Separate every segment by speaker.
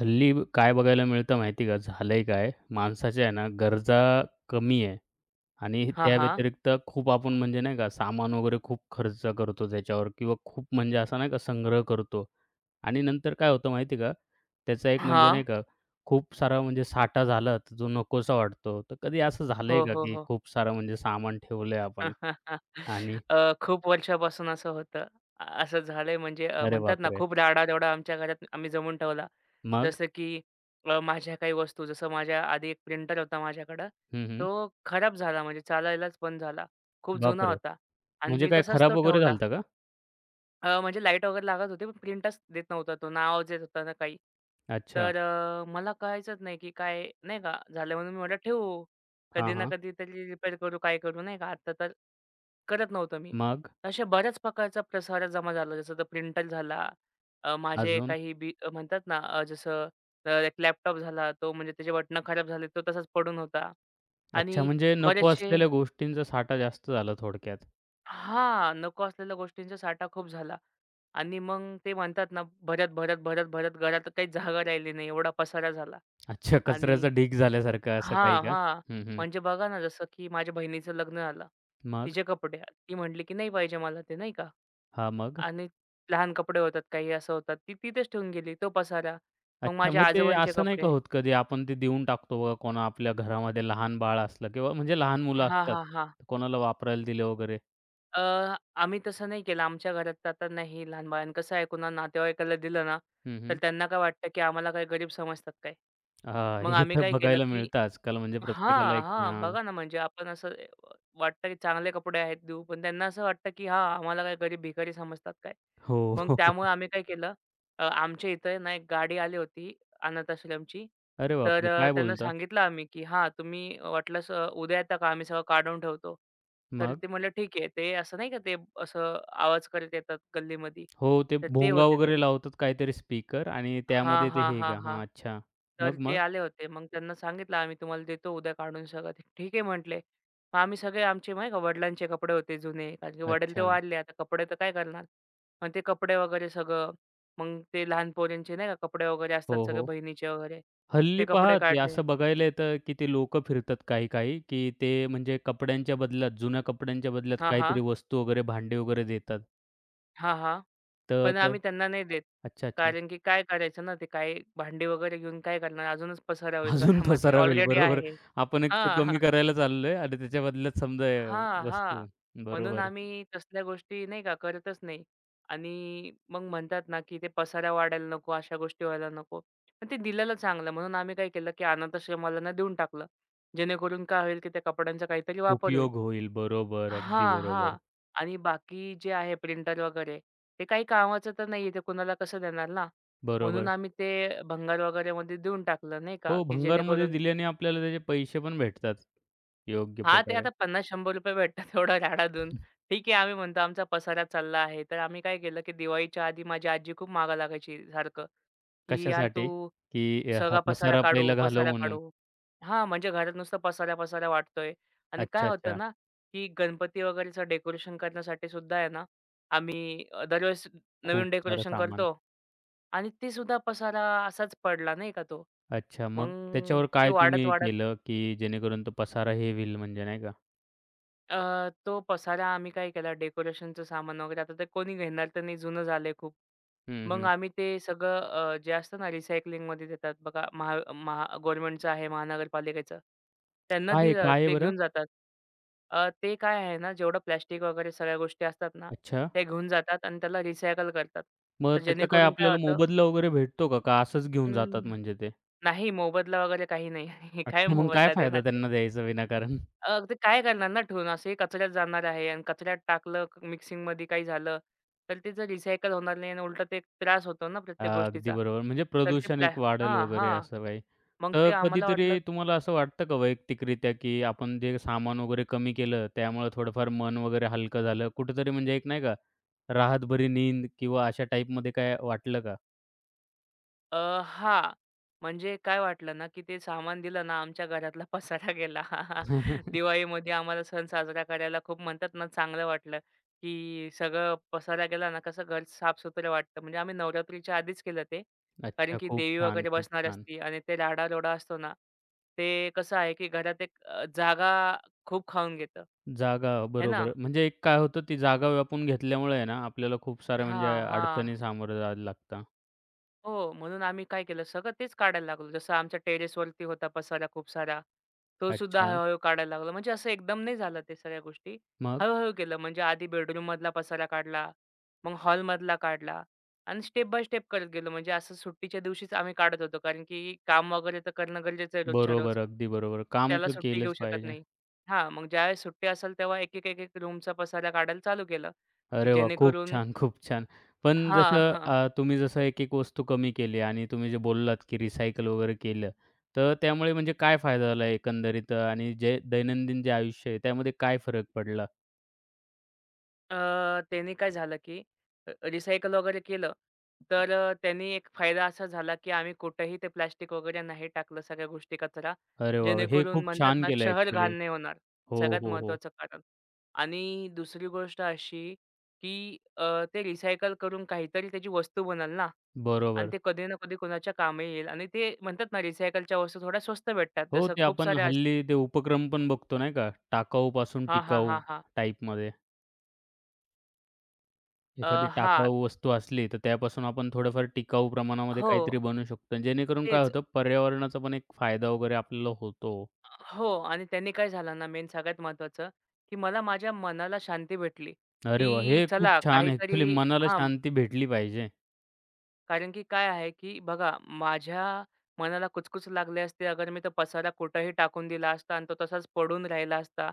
Speaker 1: हल्ली काय बघायला मिळतं माहिती का? झालंय काय, माणसाच्या आहे ना गरजा कमी आहे आणि
Speaker 2: हां,
Speaker 1: त्या
Speaker 2: हां.
Speaker 1: व्यतिरिक्त खूप आपण म्हणजे नाही का सामान वगैरे खूप खर्च करतो त्याच्यावर किंवा खूप म्हणजे असा नाही का संग्रह करतो आणि नंतर काय होतं माहिती का? त्याचा एक म्हणजे
Speaker 2: हां.
Speaker 1: नाही का खूप सारा म्हणजे साठा झाला तर जो नकोसा वाटतो. तर कधी असं झालंय
Speaker 2: हो,
Speaker 1: का,
Speaker 2: हो,
Speaker 1: की
Speaker 2: हो.
Speaker 1: खूप सारं म्हणजे सामान ठेवलंय आपण आणि
Speaker 2: खूप वर्षापासून असं होतं. असं झालंय म्हणजे
Speaker 1: अरे
Speaker 2: म्हणतात ना,
Speaker 1: बापरे!
Speaker 2: खूप राडा-दौडा आमच्या घरात आम्ही जमवून ठेवला.
Speaker 1: मग?
Speaker 2: जसं की माझ्या काही वस्तू जसं माझ्या आधी एक प्रिंटर होता माझ्याकडं.
Speaker 1: हं, हं.
Speaker 2: तो खराब झाला म्हणजे चालायलाच बंद झाला. खूप जुना
Speaker 1: बापरे!
Speaker 2: होता आणि
Speaker 1: म्हणजे
Speaker 2: मी
Speaker 1: काय
Speaker 2: तसाच तो
Speaker 1: खराब वगैरे
Speaker 2: ठेवला.
Speaker 1: झालं का?
Speaker 2: म्हणजे लाईट वगैरे लागत होती, पण प्रिंटच देत नव्हता तो. ना आवाज येत होता ना काही.
Speaker 1: अच्छा.
Speaker 2: तर मला कळायचंच नाही, की काय नाही का झालं म्हणून मी म्हटलं ठेवू.
Speaker 1: हां,
Speaker 2: कधी ना
Speaker 1: हां.
Speaker 2: कधी तरी रिपेअर करू, काय करू नाही का. आता तर करत नव्हतो मी.
Speaker 1: मग?
Speaker 2: अशा बऱ्याच प्रकारचा प्रसार जमा झाला. जसं तर प्रिंटर झाला. माझे
Speaker 1: अजून?
Speaker 2: काही बी म्हणतात ना जसं एक लॅपटॉप झाला. तो म्हणजे त्याचे बटणं खराब झाले. तो तसाच पडून होता
Speaker 1: अच्छा,
Speaker 2: आणि
Speaker 1: म्हणजे नको
Speaker 2: बरेचसे
Speaker 1: असलेल्या गोष्टींचा साठा जास्त झाला थोडक्यात.
Speaker 2: हां, नको असलेल्या गोष्टींचा साठा खूप झाला आणि मग ते म्हणतात ना, भरत, भरत, भरत, भरत घरात काही जागा राहिली नाही, एवढा पसारा झाला.
Speaker 1: अच्छा,
Speaker 2: आणि
Speaker 1: कचऱ्याचा ढीग झाल्यासारखं असं काही
Speaker 2: हां,
Speaker 1: का?
Speaker 2: हां.
Speaker 1: हं, हं.
Speaker 2: म्हणजे बघा ना, जसं की माझ्या बहिणीचं लग्न झालं.
Speaker 1: मग?
Speaker 2: तिचे कपडे ती म्हटली, की "नाही पाहिजे मला ते," नाही का.
Speaker 1: हां, मग?
Speaker 2: आणि लहान कपडे होतात, काही असं होतात. ती तिथेच ठेवून गेली, तो पसारा. मग
Speaker 1: अच्छा,
Speaker 2: माझ्या
Speaker 1: मग ते
Speaker 2: आजोबांचे
Speaker 1: असं नाही का
Speaker 2: कपडे
Speaker 1: होत कधी आपण ते देऊन टाकतो बघा कोणा आपल्या घरामध्ये लहान बाळ असलं किंवा म्हणजे लहान मुलं
Speaker 2: हां,
Speaker 1: असतात,
Speaker 2: हां, हां.
Speaker 1: कोणाला वापरायला दिले वगैरे?
Speaker 2: अ, आम्ही तसं नाही केलं. आमच्या घरात तर आता नाही लहान बाळांना कसं आहे कुणा नातेवाईकाला दिलं ना,
Speaker 1: हं,
Speaker 2: तर
Speaker 1: हं.
Speaker 2: त्यांना काय वाटतं, की आम्हाला काय गरीब समजतात काय?
Speaker 1: हां,
Speaker 2: मग
Speaker 1: हे
Speaker 2: आम्ही
Speaker 1: तर
Speaker 2: काय केलं,
Speaker 1: बघायला
Speaker 2: की
Speaker 1: मिळतं आजकाल म्हणजे प्रत्येकाला
Speaker 2: हां,
Speaker 1: एक
Speaker 2: हां.
Speaker 1: हां.
Speaker 2: बघा ना, म्हणजे आपण असं वाटतं की चांगले कपडे आहेत देऊ, पण त्यांना असं वाटतं की हां, आम्हाला काय गरीब भिकारी समजतात काय?
Speaker 1: हो.
Speaker 2: मग
Speaker 1: हो, हो.
Speaker 2: त्यामुळे आम्ही काय केलं, आमच्या इथे ना एक गाडी आली होती अनाथ आश्रमची.
Speaker 1: अरे
Speaker 2: तर
Speaker 1: बापरे! काय
Speaker 2: त्यांना
Speaker 1: बोलता?
Speaker 2: सांगितलं आम्ही की हां, तुम्ही वाटल्यास उद्या येता का? आम्ही सगळं काढून ठेवतो. तर
Speaker 1: मग?
Speaker 2: ते म्हणलं ठीक आहे. ते असं नाही का ते असं आवाज करत येतात गल्लीमध्ये.
Speaker 1: हो, ते
Speaker 2: तर ते
Speaker 1: भोंगा
Speaker 2: होते ते.
Speaker 1: वगैरे लावतात काहीतरी स्पीकर आणि
Speaker 2: हां,
Speaker 1: त्यामध्ये ते
Speaker 2: हां,
Speaker 1: हे
Speaker 2: हां,
Speaker 1: का
Speaker 2: हां.
Speaker 1: हां, अच्छा.
Speaker 2: तर
Speaker 1: मग,
Speaker 2: ते
Speaker 1: मग?
Speaker 2: आले होते. मग त्यांना सांगितलं, "आम्ही तुम्हाला देतो उद्या काढून सगळं." ते "ठीक आहे" म्हटले. मग आम्ही सगळे आमचे नाही का वडिलांचे कपडे होते जुने, कारण की वडील तर
Speaker 1: अच्छा.
Speaker 2: वारले. आता कपडे तर काय करणार? मग ते कपडे वगैरे सगळं. मग ते लहान पोरींचे नाही का कपडे वगैरे असतात
Speaker 1: हो,
Speaker 2: सगळे
Speaker 1: हो.
Speaker 2: बहिणीचे वगैरे, ते
Speaker 1: हल्ली पहा
Speaker 2: कपडे
Speaker 1: ते
Speaker 2: काढले.
Speaker 1: असं बघायला येतं, की ते लोकं फिरतात काही-काही, की ते म्हणजे कपड्यांच्या बदल्यात, जुन्या कपड्यांच्या बदल्यात
Speaker 2: हां, हां.
Speaker 1: काहीतरी वस्तू वगैरे, भांडी वगैरे देतात.
Speaker 2: हां, हां.
Speaker 1: तर
Speaker 2: पण
Speaker 1: तर
Speaker 2: आम्ही त्यांना नाही देत.
Speaker 1: अच्छा, अच्छा.
Speaker 2: कारण की काय करायचं ना, ते काही भांडी वगैरे घेऊन काय करणार? अजूनच पसारा होईल
Speaker 1: अजून
Speaker 2: घरामध्ये.
Speaker 1: पसारा होईल.
Speaker 2: ऑलरेडी
Speaker 1: बरोबर.
Speaker 2: आहे.
Speaker 1: आपण एक ते
Speaker 2: हां.
Speaker 1: कमी करायला चाललोय आणि त्याच्या बदल्यात समजा
Speaker 2: हां, हां.
Speaker 1: वस्तू
Speaker 2: म्हणून
Speaker 1: बरोबर.
Speaker 2: आम्ही तसल्या गोष्टी नाही का करतच नाही. आणि मग म्हणतात ना, की ते पसारा वाढायला नको, अशा गोष्टी व्हायला नको. पण ते दिलेलं चांगलं म्हणून आम्ही काय केलं, की अनाथाश्रमाला ना देऊन टाकलं. जेणेकरून काय होईल, की त्या कपड्यांचा काहीतरी वापर होईल.
Speaker 1: उपयोग होईल. बरोबर. अगदी
Speaker 2: हां,
Speaker 1: बरोबर.
Speaker 2: हां. आणि बाकी जे आहे प्रिंटर वगैरे, ते काही कामाचं तर नाहीये, ते कुणाला कसं देणार ना? म्हणून
Speaker 1: बरोबर.
Speaker 2: आम्ही ते भंगार वगैरेमध्ये देऊन टाकलं नाही का,
Speaker 1: हो,
Speaker 2: की
Speaker 1: भंगारमध्ये
Speaker 2: जेणेकरून
Speaker 1: दिल्याने आपल्याला त्याचे पैसे पण भेटतात. योग्य
Speaker 2: हां, ते
Speaker 1: प्रकारे.
Speaker 2: आता ₹50-100 भेटतात तेवढा राडा-धून. ठीक आहे, आम्ही म्हणतो आमचा पसारा चालला आहे. तर आम्ही काय केलं, की दिवाळीच्या आधी माझी आजी खूप मागं लागायची सारखं, की "यार तू
Speaker 1: कशासाठी? की हा
Speaker 2: सगळा पसारा
Speaker 1: पसारा
Speaker 2: काढू,
Speaker 1: पहिला घालव
Speaker 2: पसारा
Speaker 1: म्हणून.
Speaker 2: काढू." हां, म्हणजे घरात नुसतं पसारा-पसारा वाटतोय आणि काय
Speaker 1: अच्छा,
Speaker 2: होतं
Speaker 1: अच्छा.
Speaker 2: ना, की गणपती वगैरेचं डेकोरेशन करण्यासाठी सुद्धा आहे ना, आम्ही दरवेळेस
Speaker 1: खूप
Speaker 2: नवीन
Speaker 1: सारं
Speaker 2: डेकोरेशन
Speaker 1: सामान.
Speaker 2: करतो आणि ते सुद्धा पसारा असाच पडला नाही का तो.
Speaker 1: अच्छा, मग
Speaker 2: मग
Speaker 1: त्याच्यावर
Speaker 2: ते
Speaker 1: काय तुम्ही
Speaker 2: वाढत-वाढत
Speaker 1: केलं, की जेणेकरून तो पसारा हे होईल म्हणजे नाही का?
Speaker 2: तो पसारा आम्ही काय केला डेकोरेशनचं सामान वगैरे आता ते कोणी घेणार तर नाही जुनं झालंय खूप.
Speaker 1: हं,
Speaker 2: मग
Speaker 1: हं.
Speaker 2: आम्ही ते सगळं जे असतं ना रिसायकलिंगमध्ये देतात बघा महा महा गव्हर्नमेंटचं आहे महानगरपालिकेचं. त्यांना
Speaker 1: काय आहे,
Speaker 2: दिलं
Speaker 1: काय आहे
Speaker 2: ते
Speaker 1: बरं?
Speaker 2: घेऊन जातात. ते काय आहे ना जेवढं प्लास्टिक वगैरे सगळ्या गोष्टी असतात ना,
Speaker 1: अच्छा.
Speaker 2: त्या घेऊन जातात आणि त्याला रिसायकल करतात.
Speaker 1: मग
Speaker 2: तर
Speaker 1: त्याचा काय
Speaker 2: जेणेकरून काय
Speaker 1: आपल्याला
Speaker 2: होतं
Speaker 1: मोबदला वगैरे भेटतो का? का असंच घेऊन जातात
Speaker 2: अं,
Speaker 1: म्हणजे ते?
Speaker 2: नाही मोबदला वगैरे काही नाही. काय
Speaker 1: अच्छा, मग काय
Speaker 2: मोबदला
Speaker 1: फायदा
Speaker 2: देणार
Speaker 1: त्यांना द्यायचा विनाकारण?
Speaker 2: ते काय करणार ना ठेवून? असंही कचऱ्यात जाणार आहे आणि कचऱ्यात टाकलं, मिक्सिंगमध्ये काही झालं, तर त्याचं रिसायकल होणार नाही आणि उलटं ते एक त्रास होतो ना प्रत्येक
Speaker 1: अगदी
Speaker 2: गोष्टीचा.
Speaker 1: बरोबर. म्हणजे
Speaker 2: तर ते
Speaker 1: प्रदूषण एक वाढेल
Speaker 2: हां,
Speaker 1: वगैरे
Speaker 2: हां.
Speaker 1: असं काही.
Speaker 2: मग
Speaker 1: तर
Speaker 2: ते आम्हाला वाटलं
Speaker 1: कधीतरी तुम्हाला असं वाटतं का वैयक्तिकरित्या, की आपण जे सामान वगैरे कमी केलं, त्यामुळे थोडंफार मन वगैरे हलकं झालं? कुठेतरी म्हणजे एक नाही का, राहतभरी नींद किंवा अशा टाईपमध्ये काय वाटलं का?
Speaker 2: अ, हां. म्हणजे काय वाटलं ना, की ते सामान दिलं ना, आमच्या घरातला पसारा गेला. दिवाळीमध्ये आम्हाला सण साजरा करायला खूप म्हणतात ना, चांगलं वाटलं, की सगळं पसारा गेला ना, कसं घर साफ-सुथरं वाटतं. म्हणजे आम्ही नवरात्रीच्या आधीच केलं ते. कारण
Speaker 1: अच्छा.
Speaker 2: की
Speaker 1: खूप
Speaker 2: देवी
Speaker 1: छान,
Speaker 2: वगैरे
Speaker 1: खूप
Speaker 2: बसणार
Speaker 1: छान.
Speaker 2: असती आणि ते राडा-रोडा असतो ना, ते कसं आहे, की घरात एक जागा खूप खाऊन घेतं.
Speaker 1: जागा
Speaker 2: है ना?
Speaker 1: बरोबर. म्हणजे एक काय होतं ती जागा व्यापून घेतल्यामुळे आहे ना, आपल्याला खूप साऱ्या म्हणजे
Speaker 2: हां, हां.
Speaker 1: अडचणी सामोरं जायला लागतं.
Speaker 2: हो, म्हणून आम्ही काय केलं, सगळं तेच काढायला लागलो. जसं आमच्या टेरेसवरती होता पसारा खूप सारा, तो सुद्धा
Speaker 1: अच्छा.
Speaker 2: हळू काढायला लागलो. म्हणजे असं एकदम नाही झालं ते सगळ्या गोष्टी.
Speaker 1: मग?
Speaker 2: हळू केलं. म्हणजे आधी बेडरूममधला पसारा काढला, मग हॉलमधला काढला आणि स्टेप बाय स्टेप करत गेलो. म्हणजे असं सुट्टीच्या दिवशीच आम्ही काढत होतो. कारण की काम वगैरे तर करणं गरजेचं आहे रोजच्या रोज.
Speaker 1: बरोबर, अगदी बरोबर. काम
Speaker 2: त्याला
Speaker 1: तर
Speaker 2: सुट्टी घेऊ
Speaker 1: केलंच
Speaker 2: शकत
Speaker 1: पाहिजे.
Speaker 2: नाही. हां, मग ज्यावेळेस सुट्टी असेल तेव्हा एक-एक, एक-एक रूमचा पसारा काढायला चालू केलं, की
Speaker 1: अरे वाह! खूप
Speaker 2: जेणेकरून
Speaker 1: छान, खूप छान. पण जसं
Speaker 2: हां.
Speaker 1: तुम्ही जसं एक-एक वस्तू कमी केली आणि तुम्ही जे बोललात, की रिसायकल वगैरे केलं. तर त्यामुळे म्हणजे काय फायदा झाला एकंदरीत आणि जे दैनंदिन जे आयुष्य आहे त्यामध्ये काय फरक पडला?
Speaker 2: अ, त्याने काय झालं, की रिसायकल वगैरे केलं, तर त्यांनी एक फायदा असा झाला, की आम्ही कुठेही ते प्लास्टिक वगैरे नाही टाकलं, सगळ्या गोष्टी कचरा.
Speaker 1: अरे वाह! हे
Speaker 2: जेणेकरून
Speaker 1: खूप
Speaker 2: म्हणतात
Speaker 1: छान
Speaker 2: ना,
Speaker 1: केलं
Speaker 2: शहर
Speaker 1: ॲक्चुअली.
Speaker 2: घाण नाही होणार,
Speaker 1: हो,
Speaker 2: सगळ्यात
Speaker 1: हो, हो.
Speaker 2: महत्त्वाचं कारण. आणि दुसरी गोष्ट अशी, की ते रिसायकल करून काहीतरी त्याची वस्तू बनल ना आणि
Speaker 1: बरोबर.
Speaker 2: ते कधी ना कधी कोणाच्या कामी येईल आणि ते म्हणतात ना, रिसायकलच्या वस्तू थोड्या स्वस्त भेटतात.
Speaker 1: हो,
Speaker 2: जसं
Speaker 1: ते
Speaker 2: खूप
Speaker 1: आपण
Speaker 2: साऱ्या
Speaker 1: हल्ली ते उपक्रम पण बघतो नाही का? टाकाऊपासून
Speaker 2: हां, हां,
Speaker 1: टिकाऊ
Speaker 2: हां, हां.
Speaker 1: टाईपमध्ये. एखादी
Speaker 2: हां.
Speaker 1: टाकाऊ वस्तू असली, तर त्यापासून आपण थोडंफार टिकाऊ प्रमाणामध्ये
Speaker 2: हो,
Speaker 1: काहीतरी बनवू शकतो. जेणेकरून काय
Speaker 2: तेच.
Speaker 1: होतं, पर्यावरणाचा पण एक फायदा वगैरे आपल्याला होतो.
Speaker 2: हो आणि त्यांनी काय झालं ना मेन सगळ्यात महत्त्वाचं, की मला माझ्या मनाला शांती भेटली,
Speaker 1: अरे वाह!
Speaker 2: की
Speaker 1: हे खूप
Speaker 2: चला
Speaker 1: छान ॲक्चुअली
Speaker 2: काहीतरी
Speaker 1: मनाला
Speaker 2: हां,
Speaker 1: शांती भेटली पाहिजे.
Speaker 2: कारण की काय आहे, की बघा माझ्या मनाला कुचकुच लागले असते अगर मी तो पसारा कुठेही टाकून दिला असता आणि तो तसाच पडून राहिला असता,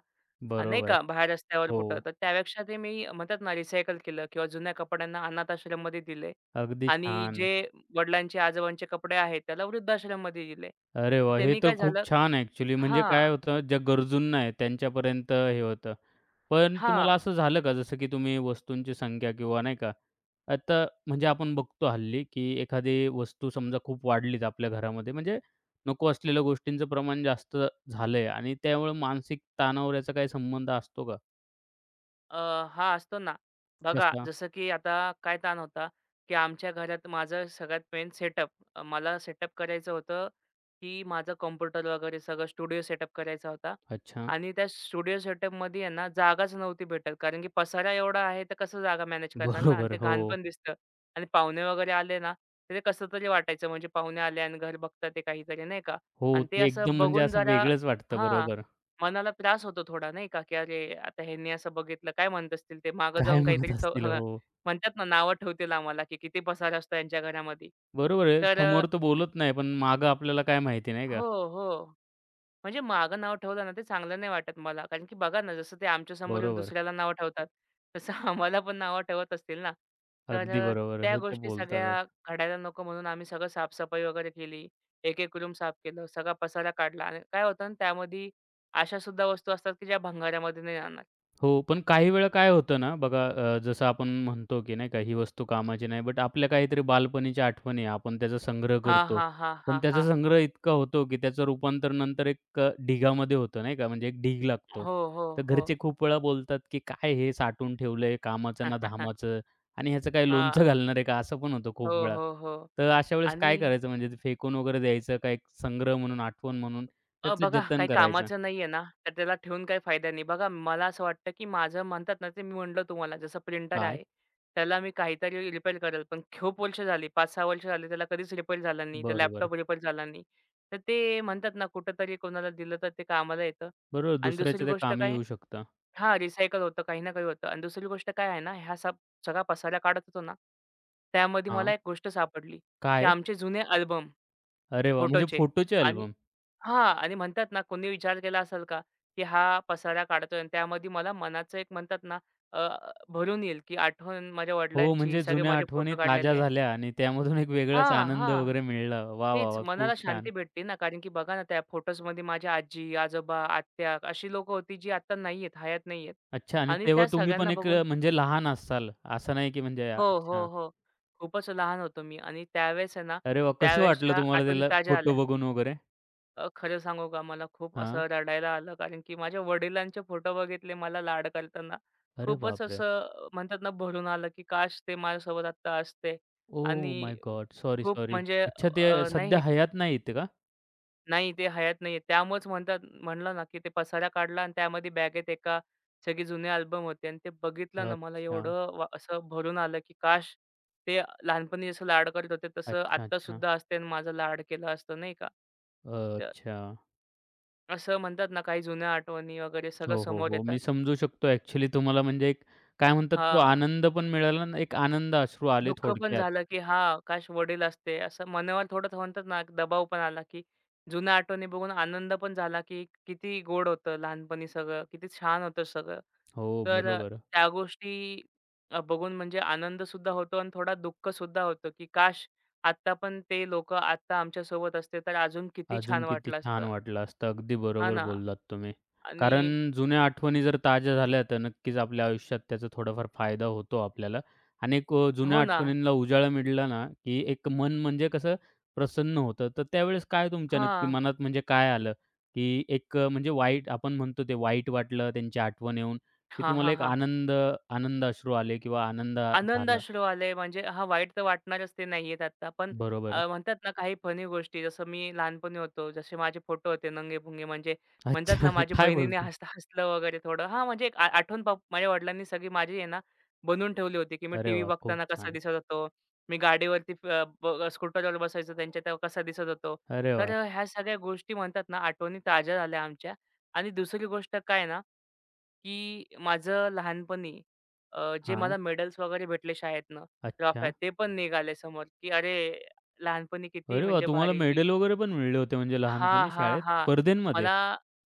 Speaker 2: नाही
Speaker 1: बरोबर.
Speaker 2: का बाहेर रस्त्यावर
Speaker 1: हो,
Speaker 2: कुठं. तर त्यापेक्षा ते मी म्हणतात ना रिसायकल केलं किंवा जुन्या कपड्यांना अनाथ दिले
Speaker 1: अगदी
Speaker 2: आणि
Speaker 1: छान.
Speaker 2: जे वडिलांचे, आजोबांचे कपडे आहेत त्याला वृद्धाश्रममध्ये दिले.
Speaker 1: अरे
Speaker 2: तर
Speaker 1: वाह! हे
Speaker 2: त्यांनी
Speaker 1: तर
Speaker 2: काय
Speaker 1: खूप
Speaker 2: झालं
Speaker 1: छान ॲक्चुअली म्हणजे काय
Speaker 2: हां,
Speaker 1: होतं, ज्या गरजूंना आहे त्यांच्यापर्यंत हे होतं. पण तुम्हाला
Speaker 2: हां.
Speaker 1: असं झालं का, जसं की तुम्ही वस्तूंची संख्या किंवा नाही का, आता म्हणजे आपण बघतो हल्ली, की एखादी वस्तू समजा खूप वाढलीच आपल्या घरामध्ये, म्हणजे नको असलेल्या गोष्टींचं प्रमाण जास्त झालंय आणि त्यामुळे मानसिक तणावर याचा काही संबंध असतो का?
Speaker 2: अ, हा असतो ना. बघा
Speaker 1: कसा?
Speaker 2: जसं की आता काय ताण होता, की आमच्या घरात माझं सगळ्यात मेन सेटअप. मला सेटअप करायचं होतं, की माझं कॉम्प्युटर वगैरे सगळं स्टुडिओ सेटअप करायचा होता
Speaker 1: अच्छा.
Speaker 2: आणि त्या स्टुडिओ सेटअपमध्ये आहे ना जागाच नव्हती भेटत. कारण की पसारा एवढा आहे तर कसं जागा मॅनेज करणार ना आणि
Speaker 1: बरोबर.
Speaker 2: ते घाण
Speaker 1: हो.
Speaker 2: पण दिसतं आणि पाहुणे वगैरे आले ना, तर ते कसं तरी वाटायचं म्हणजे पाहुणे आले आणि घर बघतात ते काहीतरी नाही का?
Speaker 1: हो,
Speaker 2: आणि ते
Speaker 1: ते एकदम
Speaker 2: असं
Speaker 1: म्हणजे
Speaker 2: बघून
Speaker 1: असं
Speaker 2: जरा
Speaker 1: वेगळंच वाटतं.
Speaker 2: हां.
Speaker 1: बरोबर.
Speaker 2: मनाला त्रास होतो थोडा नाही का, की अरे आता ह्यांनी असं बघितलं, काय म्हणत असतील ते? मागं
Speaker 1: काय
Speaker 2: जाऊन
Speaker 1: म्हणत
Speaker 2: काहीतरी चव
Speaker 1: असतील?
Speaker 2: हं,
Speaker 1: हो.
Speaker 2: म्हणतात ना नावं ठेवतील आम्हाला, की किती पसार असतो यांच्या घरामध्ये.
Speaker 1: बरोबर आहे.
Speaker 2: तर
Speaker 1: समोर तर बोलत नाही, पण मागं आपल्याला काय माहिती नाही का?
Speaker 2: हो, हो. म्हणजे मागं नाव ठेवलं ना, ते चांगलं नाही वाटत मला. कारण की बघा ना, जसं ते आमच्यासमोर येऊन
Speaker 1: बरोबर.
Speaker 2: दुसऱ्याला नावं ठेवतात, तसं आम्हाला पण नावं ठेवत असतील ना. तर
Speaker 1: अगदी बरोबर.
Speaker 2: त्या
Speaker 1: हे तर
Speaker 2: गोष्टी
Speaker 1: बोलतातच.
Speaker 2: सगळ्या घडायला नको म्हणून आम्ही सगळं साफसफाई वगैरे केली. एक-एक रूम साफ केलं, सगळा पसारा काढला आणि काय होतं ना, त्यामध्ये अशा सुद्धा वस्तू असतात, की ज्या भंगारामध्ये नाही
Speaker 1: हो, पण काही वेळा काय होतं ना बघा जसं आपण म्हणतो, की नाही का ही वस्तू कामाची नाही, बट आपल्या काहीतरी बालपणीच्या आठवणी आहे. आपण त्याचा संग्रह
Speaker 2: हां,
Speaker 1: करतो.
Speaker 2: हां, हां,
Speaker 1: पण
Speaker 2: हां,
Speaker 1: त्याचा
Speaker 2: हां.
Speaker 1: संग्रह इतका होतो, की त्याचं रूपांतर नंतर एक ढिगामध्ये होतं नाही का, म्हणजे एक ढीग लागतो.
Speaker 2: हो, हो,
Speaker 1: तर
Speaker 2: हो.
Speaker 1: घरचे खूप वेळा बोलतात, की "काय हे साठवून ठेवलंय, कामाचं ना धामाचं आणि ह्याचं काय
Speaker 2: हां.
Speaker 1: लोणचं घालणार आहे का?" असं पण होतं खूप
Speaker 2: हो,
Speaker 1: वेळा.
Speaker 2: हो, हो.
Speaker 1: तर अशा वेळेस
Speaker 2: आणि
Speaker 1: काय करायचं म्हणजे ते फेकून वगैरे द्यायचं का एक संग्रह म्हणून, आठवण म्हणून त्याचं
Speaker 2: बघा
Speaker 1: जतन
Speaker 2: काही
Speaker 1: करायचं?
Speaker 2: कामाचं नाहीये ना, तर त्याला ठेवून काही फायदा नाही. बघा मला असं वाटतं, की माझं म्हणतात ना, ते मी म्हटलं तुम्हाला जसं प्रिंटर
Speaker 1: काय?
Speaker 2: आहे, त्याला मी काहीतरी रिपेअर करेल. पण खूप वर्ष झाली, 5-6 वर्ष झाली त्याला कधीच रिपेअर झाला नाही. तर
Speaker 1: बरोबर.
Speaker 2: लॅपटॉप रिपेअर झाला नाही. तर ते म्हणतात ना, कुठेतरी कोणाला दिलं तर ते कामाला येतं.
Speaker 1: बरोबर,
Speaker 2: आणि दुसरी
Speaker 1: दुसऱ्याच्या ते
Speaker 2: गोष्ट
Speaker 1: कामी
Speaker 2: काय
Speaker 1: येऊ शकता.
Speaker 2: हां, रिसायकल होतं, काही ना काही होतं. आणि दुसरी गोष्ट काय आहे ना, ह्या सब सगळा पसारा काढत होतो ना, त्यामध्ये मला
Speaker 1: हां,
Speaker 2: एक गोष्ट सापडली, की
Speaker 1: काय?
Speaker 2: आमचे जुने अल्बम
Speaker 1: अरे वाह! म्हणजे
Speaker 2: फोटोचे
Speaker 1: फोटोचे
Speaker 2: आणि
Speaker 1: अल्बम.
Speaker 2: हां. आणि म्हणतात ना, कोणी विचार केला असेल का, की हा पसारा काढतोय आणि त्यामध्ये मला मनाचं एक म्हणतात ना, अ, भरून येईल, की आठवण माझ्या
Speaker 1: हो,
Speaker 2: वडिलांची,
Speaker 1: म्हणजे
Speaker 2: सगळे
Speaker 1: जुन्या
Speaker 2: माझे
Speaker 1: आठवणी
Speaker 2: फोटो
Speaker 1: ताज्या
Speaker 2: काढलेले
Speaker 1: झाल्या आणि त्यामधून एक वेगळाच
Speaker 2: हां,
Speaker 1: आनंद
Speaker 2: हां.
Speaker 1: वगैरे मिळला. वाह, वाह,
Speaker 2: तेच
Speaker 1: वाह! खूप
Speaker 2: मनाला
Speaker 1: छान.
Speaker 2: शांती भेटते ना, कारण की बघा ना, त्या फोटोजमध्ये माझी आजी, आजोबा, आत्या अशी लोकं होती, जी आता नाही हयात नाही
Speaker 1: अच्छा आणि
Speaker 2: आणि
Speaker 1: तेव्हा
Speaker 2: त्या
Speaker 1: तुम्ही पण
Speaker 2: सगळ्यांना
Speaker 1: एक
Speaker 2: बघून
Speaker 1: म्हणजे लहान असाल, असं नाही की म्हणजे
Speaker 2: हो, हो,
Speaker 1: अच्छा.
Speaker 2: हो. खूपच लहान होतो मी आणि त्यावेळेस आहे ना,
Speaker 1: अरे वाह! कसं वाटलं
Speaker 2: त्यावेळेसच्या
Speaker 1: तुम्हाला
Speaker 2: आठवणी
Speaker 1: त्याला
Speaker 2: ताज्या आल्या.
Speaker 1: फोटो बघून वगैरे?
Speaker 2: खरं सांगू का मला खूप
Speaker 1: हां.
Speaker 2: असं रडायला आलं कारण की माझ्या वडिलांचे फोटो बघितले मला लाड करताना.
Speaker 1: अरे
Speaker 2: खूपच
Speaker 1: बापरे!
Speaker 2: असं म्हणतात ना भरून आलं, की काश ते माझ्यासोबत आत्ता असते
Speaker 1: ओह
Speaker 2: आणि
Speaker 1: माय गॉड! सॉरी,
Speaker 2: खूप
Speaker 1: सॉरी.
Speaker 2: म्हणजे
Speaker 1: अच्छा ते सध्या हयात नाहीत का?
Speaker 2: नाही ते हयात नाहीये. त्यामुळेच म्हणतात म्हणलं ना, की ते पसारा काढला आणि त्यामध्ये बॅगेत एका सगळे जुने अल्बम होते आणि ते बघितलं ना मला
Speaker 1: अच्छा,
Speaker 2: एवढं वा असं भरून आलं, की काश ते लहानपणी जसं लाड करत होते तसं
Speaker 1: अच्छा, अच्छा.
Speaker 2: आत्तासुद्धा असते आणि माझा लाड केला असतं नाही का?
Speaker 1: अच्छा.
Speaker 2: असं म्हणतात ना, काही जुन्या आठवणी वगैरे सगळं
Speaker 1: हो, हो,
Speaker 2: समोर
Speaker 1: हो. मी
Speaker 2: येतात.
Speaker 1: समजू शकतो ॲक्चुअली तुम्हाला म्हणजे एक काय म्हणतात तो
Speaker 2: हां,
Speaker 1: आनंद पण मिळाला आणि एक आनंद अश्रू आले
Speaker 2: दुःख पण
Speaker 1: थोडक्यात.
Speaker 2: झालं, की हां, काश वडील असते. असं मनावर थोडं म्हणतात ना, एक दबाव पण आला, की जुन्या आठवणी बघून आनंद पण झाला, की किती गोड होतं लहानपणी सगळं, किती छान होतं सगळं.
Speaker 1: हो,
Speaker 2: तर
Speaker 1: बरोबर.
Speaker 2: त्या गोष्टी बघून म्हणजे आनंदसुद्धा होतो आणि थोडा दुःखसुद्धा होतं, की काश आत्ता पण ते लोकं आत्ता आमच्यासोबत असते, तर अजून किती छान
Speaker 1: अजून किती
Speaker 2: वाटलं
Speaker 1: छान
Speaker 2: असतं.
Speaker 1: वाटलं असतं. अगदी
Speaker 2: हां
Speaker 1: बरोबर
Speaker 2: ना.
Speaker 1: बोललात तुम्ही.
Speaker 2: आणि
Speaker 1: कारण जुन्या आठवणी जर ताज्या झाल्या तर नक्कीच आपल्या आयुष्यात त्याचा थोडाफार फायदा होतो आपल्याला आणि एक जुन्या
Speaker 2: हो ना.
Speaker 1: आठवणींना उजाळा मिळाला ना, की एक मन म्हणजे कसं प्रसन्न होतं. तर त्यावेळेस काय तुमच्या नक्की
Speaker 2: हां.
Speaker 1: मनात म्हणजे काय आलं? की एक म्हणजे वाईट आपण म्हणतो ते वाईट वाटलं त्यांची आठवण येऊन, की
Speaker 2: हां,
Speaker 1: तुम्हाला
Speaker 2: हां,
Speaker 1: एक
Speaker 2: हां.
Speaker 1: आनंद आनंद अश्रू आले किंवा आनंद झाला.
Speaker 2: आनंदाश्रू आले म्हणजे हां, वाईट तर वाटणारच ते नाहीयेत आता. पण
Speaker 1: बरोबर.
Speaker 2: म्हणतात ना काही फनी गोष्टी जसं मी लहानपणी होतो, जसे माझे फोटो होते नंगे-पुंगे म्हणजे म्हणतात
Speaker 1: अच्छा.
Speaker 2: ना माझ्या
Speaker 1: काय
Speaker 2: बहिणीने
Speaker 1: बोलता?
Speaker 2: हसलं हसलं वगैरे थोडं. हां, म्हणजे एक आठवण माझ्या वडिलांनी सगळी माझी आहे ना बनवून ठेवली होती, की मी
Speaker 1: अरे
Speaker 2: टीव्ही
Speaker 1: वाह! खूप
Speaker 2: बघताना कसा
Speaker 1: छान.
Speaker 2: दिसत होतो, मी स्कूटरवर बसायचो त्यांच्या तेव्हा कसा दिसत होतो.
Speaker 1: अरे
Speaker 2: तर
Speaker 1: वाह!
Speaker 2: ह्या सगळ्या गोष्टी म्हणतात ना आठवणी ताज्या झाल्या आमच्या आणि दुसरी गोष्ट काय ना की माझं लहानपणी जे
Speaker 1: हां.
Speaker 2: मला मेडल्स वगैरे भेटले शाळेतनं, ट्रॉफ्या
Speaker 1: अच्छा.
Speaker 2: ते पण निघाले समोर, की अरे लहानपणी किती
Speaker 1: अरे वाह!
Speaker 2: म्हणजे
Speaker 1: तुम्हाला
Speaker 2: भारी की
Speaker 1: मेडल वगैरे पण मिळले होते म्हणजे
Speaker 2: हां,
Speaker 1: लहानपणी
Speaker 2: हां,
Speaker 1: शाळेत,
Speaker 2: हां.
Speaker 1: स्पर्धेंमध्ये?
Speaker 2: मला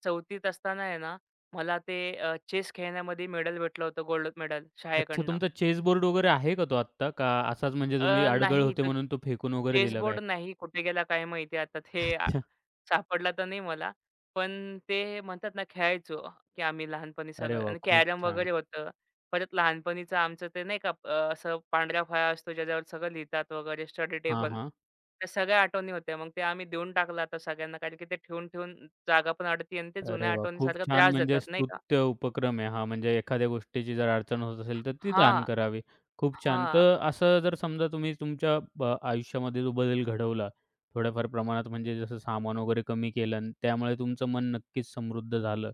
Speaker 2: 4थीत असताना आहे ना, मला ते चेस खेळण्यामध्ये मेडल भेटलं होतं गोल्ड मेडल
Speaker 1: अच्छा,
Speaker 2: शाळेकडनं.
Speaker 1: तुमचा चेस बोर्ड वगैरे आहे का तो आत्ता? का असाच म्हणजे तुम्ही अडगळ
Speaker 2: नाही.
Speaker 1: होते
Speaker 2: तो
Speaker 1: म्हणून तो फेकून वगैरे दिला
Speaker 2: चेसबोर्ड
Speaker 1: काय?
Speaker 2: नाही. कुठे गेला काय माहिती आता ते
Speaker 1: अच्छा.
Speaker 2: सापडला तर नाही मला. पण ते म्हणतात ना खेळायचो, की आम्ही लहानपणी
Speaker 1: अरे
Speaker 2: सगळं
Speaker 1: वाह!
Speaker 2: आणि
Speaker 1: खूप
Speaker 2: कॅरम
Speaker 1: छान.
Speaker 2: वगैरे होतं. परत लहानपणीचं आमचं ते नाही का असं पांढरा फळा असतो ज्याच्यावर सगळं लिहितात वगैरे स्टडी
Speaker 1: हां,
Speaker 2: टेबल.
Speaker 1: हां.
Speaker 2: त्या सगळ्या आठवणी होत्या. मग ते आम्ही देऊन टाकलं आता सगळ्यांना कारण की ते ठेवून-ठेवून जागा पण अडती आणि ते
Speaker 1: अरे
Speaker 2: जुन्या
Speaker 1: वाह! खूप
Speaker 2: आठवणीसारखा
Speaker 1: छान
Speaker 2: त्रास
Speaker 1: म्हणजे
Speaker 2: देतात नाही का.
Speaker 1: स्तुत्य उपक्रम आहे हा. म्हणजे एखाद्या गोष्टीची जर अडचण होत असेल, तर ती दान
Speaker 2: हां.
Speaker 1: करावी. खूप छान.
Speaker 2: हां.
Speaker 1: तर असं जर समजा तुम्ही तुमच्या आयुष्यामध्ये जो बदल घडवला, थोड्याफार प्रमाणात म्हणजे जसं सामान वगैरे कमी केलं आणि त्यामुळे तुमचं मन नक्कीच समृद्ध झालं.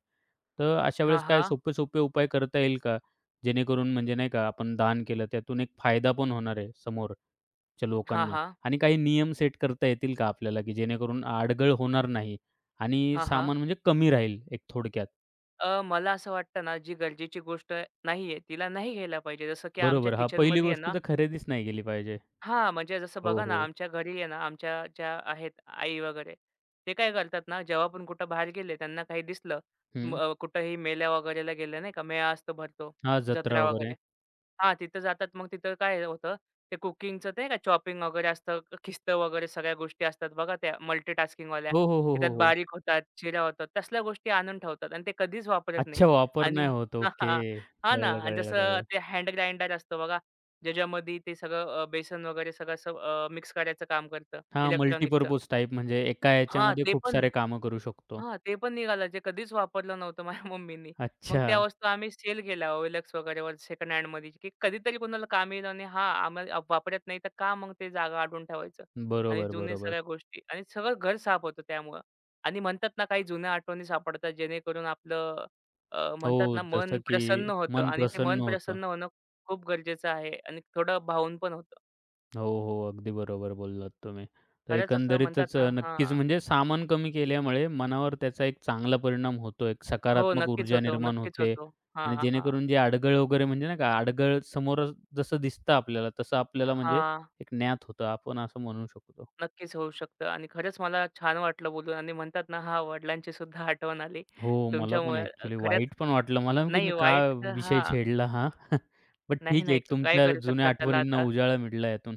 Speaker 1: तर अशा
Speaker 2: हां,
Speaker 1: वेळेस काय
Speaker 2: हां.
Speaker 1: सोपे-सोपे उपाय करता येईल का? जेणेकरून म्हणजे नाही का आपण दान केलं त्यातून एक फायदा पण होणार आहे समोर? च्या
Speaker 2: हां,
Speaker 1: लोकांना
Speaker 2: हां.
Speaker 1: आणि काही नियम सेट करता येतील का आपल्याला, की जेणेकरून अडगळ होणार नाही आणि
Speaker 2: हां, हां.
Speaker 1: सामान म्हणजे कमी राहील एक थोडक्यात?
Speaker 2: मला असं वाटतं ना, जी गरजेची गोष्ट नाहीये, तिला नाही घ्यायला पाहिजे. जसं की आमच्या
Speaker 1: बरोबर. हां, पहिली
Speaker 2: किचनमध्ये आहे
Speaker 1: गोष्ट
Speaker 2: ना
Speaker 1: तर खरेदीच नाही केली पाहिजे.
Speaker 2: हां, म्हणजे जसं
Speaker 1: हो,
Speaker 2: बघा ना,
Speaker 1: हो.
Speaker 2: आमच्या घरी आहे ना, आमच्या ज्या आहेत आई वगैरे, ते काय करतात ना, जेव्हा पण कुठं बाहेर गेले, त्यांना काही दिसलं,
Speaker 1: हं.
Speaker 2: कुठंही मेळ्या वगैरेला गेले नाही का, मेळा असतो भरतो,
Speaker 1: हां, जत्रा
Speaker 2: जत्रा वगैरे.
Speaker 1: वगैरे.
Speaker 2: हां, तिथं जातात. मग तिथं काय होतं, ते कुकिंगचं नाही का चॉपिंग वगैरे असतं, खिस्तं वगैरे सगळ्या गोष्टी असतात बघा त्या मल्टीटास्किंगवाल्या.
Speaker 1: हो, हो, हो,
Speaker 2: की त्यात
Speaker 1: हो, हो.
Speaker 2: बारीक होतात, चिऱ्या होतात. तसल्या गोष्टी आणून ठेवतात आणि ते कधीच वापरत नाही.
Speaker 1: अच्छा, वापर नाही
Speaker 2: आणि
Speaker 1: होत. ओके.
Speaker 2: हां ना.
Speaker 1: कळलं,
Speaker 2: आणि
Speaker 1: कळलं,
Speaker 2: जसं
Speaker 1: कळलं.
Speaker 2: ते हँड ग्राइंडर असतं बघा, ज्याच्यामध्ये ते सगळं बेसन वगैरे सगळं मिक्स करायचं काम करतं
Speaker 1: हां,
Speaker 2: इलेक्ट्रॉनिकचं.
Speaker 1: मल्टीपर्पज टाइप म्हणजे एका
Speaker 2: हां,
Speaker 1: याच्यामध्ये
Speaker 2: ते
Speaker 1: खूप
Speaker 2: पण.
Speaker 1: सारे कामं करू शकतो.
Speaker 2: हां, ते पण निघालं जे कधीच वापरलं नव्हतं माझ्या मम्मीनी. मग
Speaker 1: अच्छा.
Speaker 2: त्या वस्तू आम्ही सेल केल्या OLX वगैरेवर सेकंड हँडमध्ये, की कधीतरी कोणाला कामी येईल आणि हां, वापरत नाही तर का मग ते जागा अडवून ठेवायचं आणि
Speaker 1: बरोबर,
Speaker 2: जुने
Speaker 1: बरोबर.
Speaker 2: सगळ्या गोष्टी आणि सगळं घर साफ होतं त्यामुळं. आणि म्हणतात ना काही जुन्या आठवणी सापडतात जेणेकरून आपलं म्हणतात
Speaker 1: हो,
Speaker 2: ना मन
Speaker 1: जसं की
Speaker 2: प्रसन्न होतं
Speaker 1: मन
Speaker 2: आणि ते
Speaker 1: प्रसन्न
Speaker 2: मन
Speaker 1: होतं.
Speaker 2: प्रसन्न होणं खूप गरजेचं आहे आणि थोडं भावून पण होतं.
Speaker 1: हो, हो. अगदी बरोबर बोललात तुम्ही. तर
Speaker 2: खरंच असं म्हणतात
Speaker 1: एकंदरीतच
Speaker 2: ना
Speaker 1: नक्कीच
Speaker 2: हां.
Speaker 1: म्हणजे सामान कमी केल्यामुळे मनावर त्याचा एक चांगला परिणाम होतो. एक
Speaker 2: हो,
Speaker 1: सकारात्मक
Speaker 2: नक्कीच
Speaker 1: ऊर्जा
Speaker 2: होतो,
Speaker 1: निर्माण
Speaker 2: नक्कीच
Speaker 1: होते
Speaker 2: होतो.
Speaker 1: आणि
Speaker 2: हां, हां.
Speaker 1: जेणेकरून जे अडगळ वगैरे म्हणजे नाही का, अडगळ समोर जसं दिसतं आपल्याला, तसं आपल्याला म्हणजे
Speaker 2: हां.
Speaker 1: एक ज्ञात होतं. आपण असं म्हणू शकतो.
Speaker 2: नक्कीच होऊ शकतं आणि खरंच मला छान वाटलं बोलून आणि म्हणतात ना, हां, वडिलांची सुद्धा आठवण आली
Speaker 1: हो, मला पण
Speaker 2: तुमच्यामुळे.
Speaker 1: ॲक्चुअली
Speaker 2: खरंच
Speaker 1: वाईट पण वाटलं मला, की
Speaker 2: नाही
Speaker 1: मी का
Speaker 2: वाईट
Speaker 1: विषय
Speaker 2: हां,
Speaker 1: छेडला हा. बट
Speaker 2: नाही,
Speaker 1: ठीक आहे, एक
Speaker 2: काय
Speaker 1: तुमच्या
Speaker 2: करू
Speaker 1: जुन्या
Speaker 2: शकतात त्याला
Speaker 1: आठवणींना
Speaker 2: आता.
Speaker 1: उजाळा मिळाला यातून.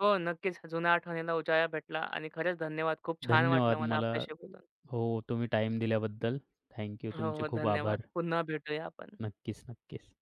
Speaker 2: हो, नक्कीच जुन्या आठवणीला उजाळा भेटला आणि खरंच धन्यवाद. खूप छान वाटलं
Speaker 1: धन्यवाद
Speaker 2: मला
Speaker 1: मला
Speaker 2: आपल्याशी बोलून.
Speaker 1: हो, तुम्ही टाइम दिल्याबद्दल. Thank you.
Speaker 2: हो,
Speaker 1: तुमचे
Speaker 2: हो,
Speaker 1: खूप
Speaker 2: धन्यवाद.
Speaker 1: आभार.
Speaker 2: पुन्हा भेटूया आपण.
Speaker 1: नक्कीच, नक्कीच.